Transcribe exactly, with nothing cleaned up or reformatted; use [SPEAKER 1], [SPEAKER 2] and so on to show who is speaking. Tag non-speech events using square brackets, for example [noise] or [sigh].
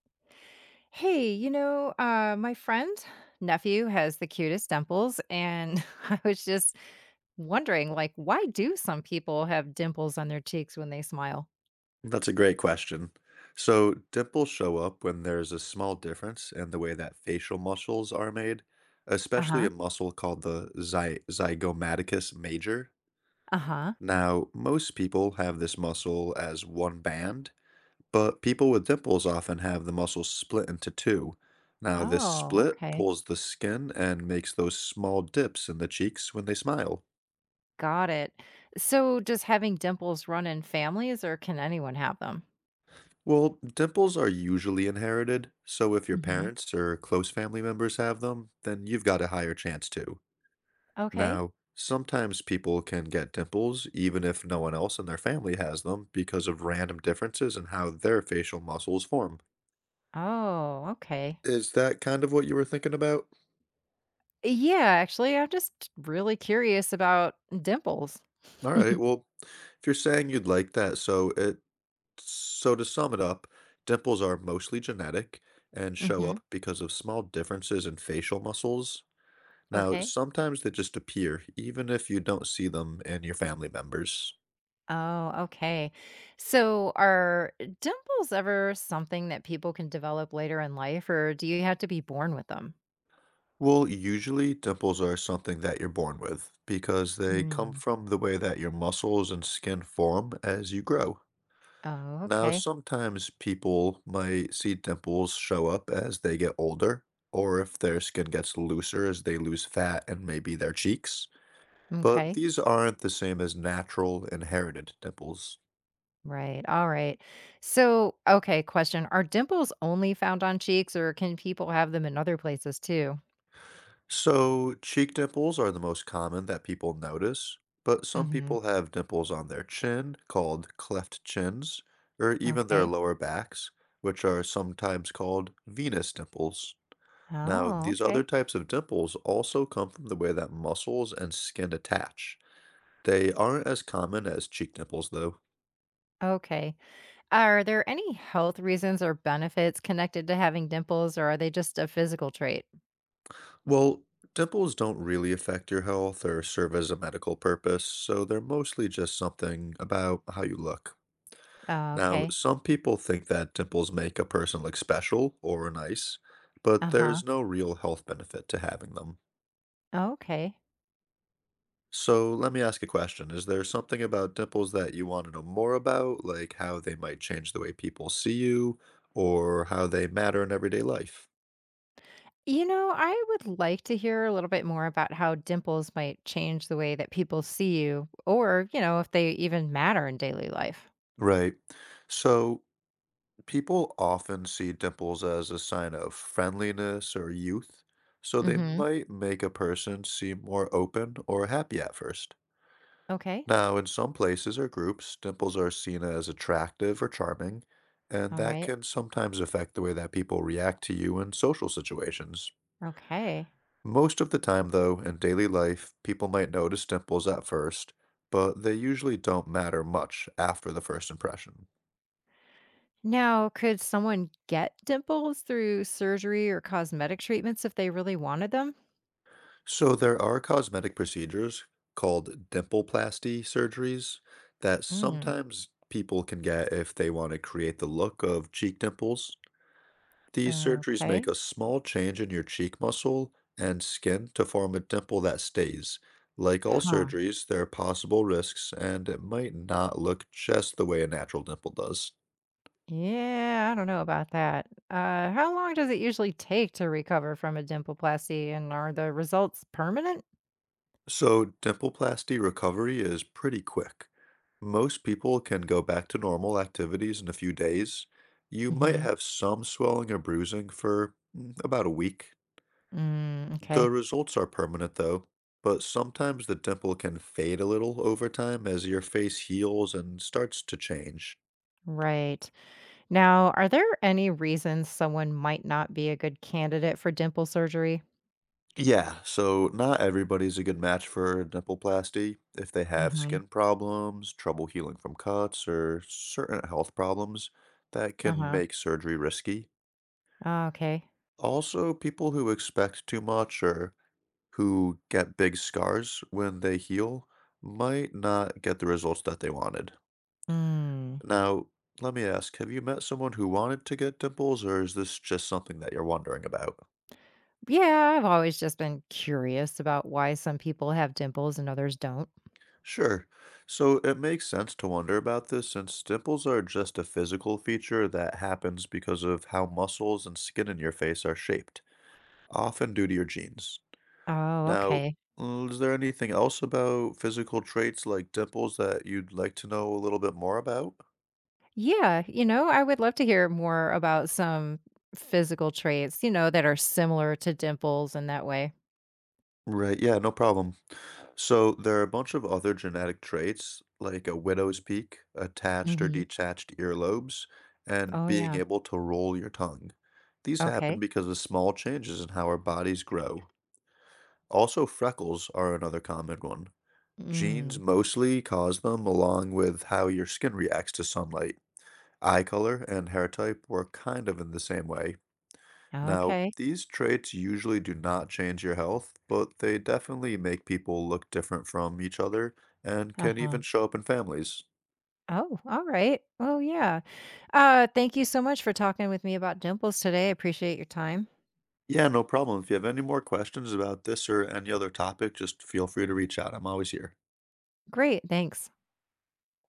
[SPEAKER 1] Hey, you know, uh, my friend nephew has the cutest dimples, and [laughs] I was just wondering, like, why do some people have dimples on their cheeks when they smile?
[SPEAKER 2] That's a great question. So, dimples show up when there's a small difference in the way that facial muscles are made,
[SPEAKER 1] Uh
[SPEAKER 2] especially
[SPEAKER 1] huh.
[SPEAKER 2] a muscle called the zy zygomaticus major.
[SPEAKER 1] Uh huh.
[SPEAKER 2] Now, most people have this muscle as one band, but people with dimples often have the muscle split into two. Now, this
[SPEAKER 1] Oh,
[SPEAKER 2] split
[SPEAKER 1] okay.
[SPEAKER 2] pulls the skin and makes those small dips in the cheeks when they smile.
[SPEAKER 1] Got it. So, does having dimples run in families, or can anyone have them?
[SPEAKER 2] Well, dimples are usually inherited, so if your
[SPEAKER 1] hmm
[SPEAKER 2] parents or close family members have them, then you've got a higher chance too.
[SPEAKER 1] Okay.
[SPEAKER 2] Now, sometimes people can get dimples even if no one else in their family has them because of random differences in how their facial muscles form.
[SPEAKER 1] Oh, okay.
[SPEAKER 2] Is that kind of what you were thinking about?
[SPEAKER 1] Yeah, actually, I'm just really curious about dimples.
[SPEAKER 2] All right,
[SPEAKER 1] [laughs]
[SPEAKER 2] well, if you're saying you'd like that, so it so to sum it up, dimples are mostly genetic and show
[SPEAKER 1] hmm
[SPEAKER 2] up because of small differences in facial muscles. Now,
[SPEAKER 1] Okay.
[SPEAKER 2] sometimes they just appear, even if you don't see them in your family members.
[SPEAKER 1] Oh, okay. So, are dimples ever something that people can develop later in life, or do you have to be born with them?
[SPEAKER 2] Well, usually dimples are something that you're born with because they come
[SPEAKER 1] Mm.
[SPEAKER 2] from the way that your muscles and skin form as you grow.
[SPEAKER 1] Oh,
[SPEAKER 2] Now,
[SPEAKER 1] okay.
[SPEAKER 2] sometimes people might see dimples show up as they get older, or if their skin gets looser as they lose fat and maybe their cheeks. But
[SPEAKER 1] Okay.
[SPEAKER 2] these aren't the same as natural inherited dimples.
[SPEAKER 1] Right. All right. So, okay, question. Are dimples only found on cheeks, or can people have them in other places too?
[SPEAKER 2] So, cheek dimples are the most common that people notice, but some
[SPEAKER 1] hmm
[SPEAKER 2] people have dimples on their chin, called cleft chins, or even their
[SPEAKER 1] Okay.
[SPEAKER 2] lower backs, which are sometimes called venous dimples. Now,
[SPEAKER 1] Oh,
[SPEAKER 2] these other
[SPEAKER 1] okay.
[SPEAKER 2] types of dimples also come from the way that muscles and skin attach. They aren't as common as cheek dimples, though.
[SPEAKER 1] Okay. Are there any health reasons or benefits connected to having dimples, or are they just a physical trait?
[SPEAKER 2] Well, dimples don't really affect your health or serve as a medical purpose, so they're mostly just something about how you look.
[SPEAKER 1] Uh,
[SPEAKER 2] Now,
[SPEAKER 1] okay.
[SPEAKER 2] some people think that dimples make a person look special or nice, but
[SPEAKER 1] Uh huh.
[SPEAKER 2] there's no real health benefit to having them.
[SPEAKER 1] Okay.
[SPEAKER 2] So let me ask a question. Is there something about dimples that you want to know more about, like how they might change the way people see you or how they matter in everyday life?
[SPEAKER 1] You know, I would like to hear a little bit more about how dimples might change the way that people see you or, you know, if they even matter in daily life.
[SPEAKER 2] Right. So people often see dimples as a sign of friendliness or youth, so they
[SPEAKER 1] Mhm.
[SPEAKER 2] might make a person seem more open or happy at first.
[SPEAKER 1] Okay.
[SPEAKER 2] Now, in some places or groups, dimples are seen as attractive or charming, and
[SPEAKER 1] All
[SPEAKER 2] that
[SPEAKER 1] right.
[SPEAKER 2] can sometimes affect the way that people react to you in social situations.
[SPEAKER 1] Okay.
[SPEAKER 2] Most of the time, though, in daily life, people might notice dimples at first, but they usually don't matter much after the first impression.
[SPEAKER 1] Now, could someone get dimples through surgery or cosmetic treatments if they really wanted them?
[SPEAKER 2] So, there are cosmetic procedures called dimpleplasty surgeries that
[SPEAKER 1] Mm.
[SPEAKER 2] sometimes people can get if they want to create the look of cheek dimples. These surgeries make
[SPEAKER 1] Okay.
[SPEAKER 2] a small change in your cheek muscle and skin to form a dimple that stays. Like all
[SPEAKER 1] Huh.
[SPEAKER 2] surgeries, there are possible risks, and it might not look just the way a natural dimple does.
[SPEAKER 1] Yeah, I don't know about that. Uh, how long does it usually take to recover from a dimpleplasty, and are the results permanent?
[SPEAKER 2] So, dimpleplasty recovery is pretty quick. Most people can go back to normal activities in a few days. You might
[SPEAKER 1] Mm-hmm.
[SPEAKER 2] have some swelling or bruising for mm, about a week.
[SPEAKER 1] Mm, okay.
[SPEAKER 2] The results are permanent though, but sometimes the dimple can fade a little over time as your face heals and starts to change.
[SPEAKER 1] Right. Now, are there any reasons someone might not be a good candidate for dimple surgery?
[SPEAKER 2] Yeah, so not everybody's a good match for dimpleplasty if they have
[SPEAKER 1] Mhm.
[SPEAKER 2] skin problems, trouble healing from cuts, or certain health problems that can
[SPEAKER 1] Uh-huh.
[SPEAKER 2] make surgery risky.
[SPEAKER 1] Oh, okay.
[SPEAKER 2] Also, people who expect too much or who get big scars when they heal might not get the results that they wanted.
[SPEAKER 1] Hmm.
[SPEAKER 2] Now, let me ask, have you met someone who wanted to get dimples, or is this just something that you're wondering about?
[SPEAKER 1] Yeah, I've always just been curious about why some people have dimples and others don't.
[SPEAKER 2] Sure. So it makes sense to wonder about this since dimples are just a physical feature that happens because of how muscles and skin in your face are shaped, often due to your genes.
[SPEAKER 1] Oh,
[SPEAKER 2] Now,
[SPEAKER 1] okay.
[SPEAKER 2] mm, is there anything else about physical traits like dimples that you'd like to know a little bit more about?
[SPEAKER 1] Yeah, you know, I would love to hear more about some physical traits, you know, that are similar to dimples in that way.
[SPEAKER 2] Right, yeah, no problem. So there are a bunch of other genetic traits, like a widow's peak, attached or
[SPEAKER 1] Mhm.
[SPEAKER 2] detached earlobes, and
[SPEAKER 1] Oh,
[SPEAKER 2] being
[SPEAKER 1] yeah.
[SPEAKER 2] able to roll your tongue. These happen
[SPEAKER 1] Okay.
[SPEAKER 2] because of small changes in how our bodies grow. Also, freckles are another common one.
[SPEAKER 1] Mm.
[SPEAKER 2] Genes mostly cause them, along with how your skin reacts to sunlight. Eye color and hair type work kind of in the same way. Now,
[SPEAKER 1] Okay.
[SPEAKER 2] these traits usually do not change your health, but they definitely make people look different from each other and can even
[SPEAKER 1] Uh-huh.
[SPEAKER 2] show up in families.
[SPEAKER 1] Oh, all right. Well, yeah. Uh, thank you so much for talking with me about dimples today. I appreciate your time.
[SPEAKER 2] Yeah, no problem. If you have any more questions about this or any other topic, just feel free to reach out. I'm always here.
[SPEAKER 1] Great. Thanks.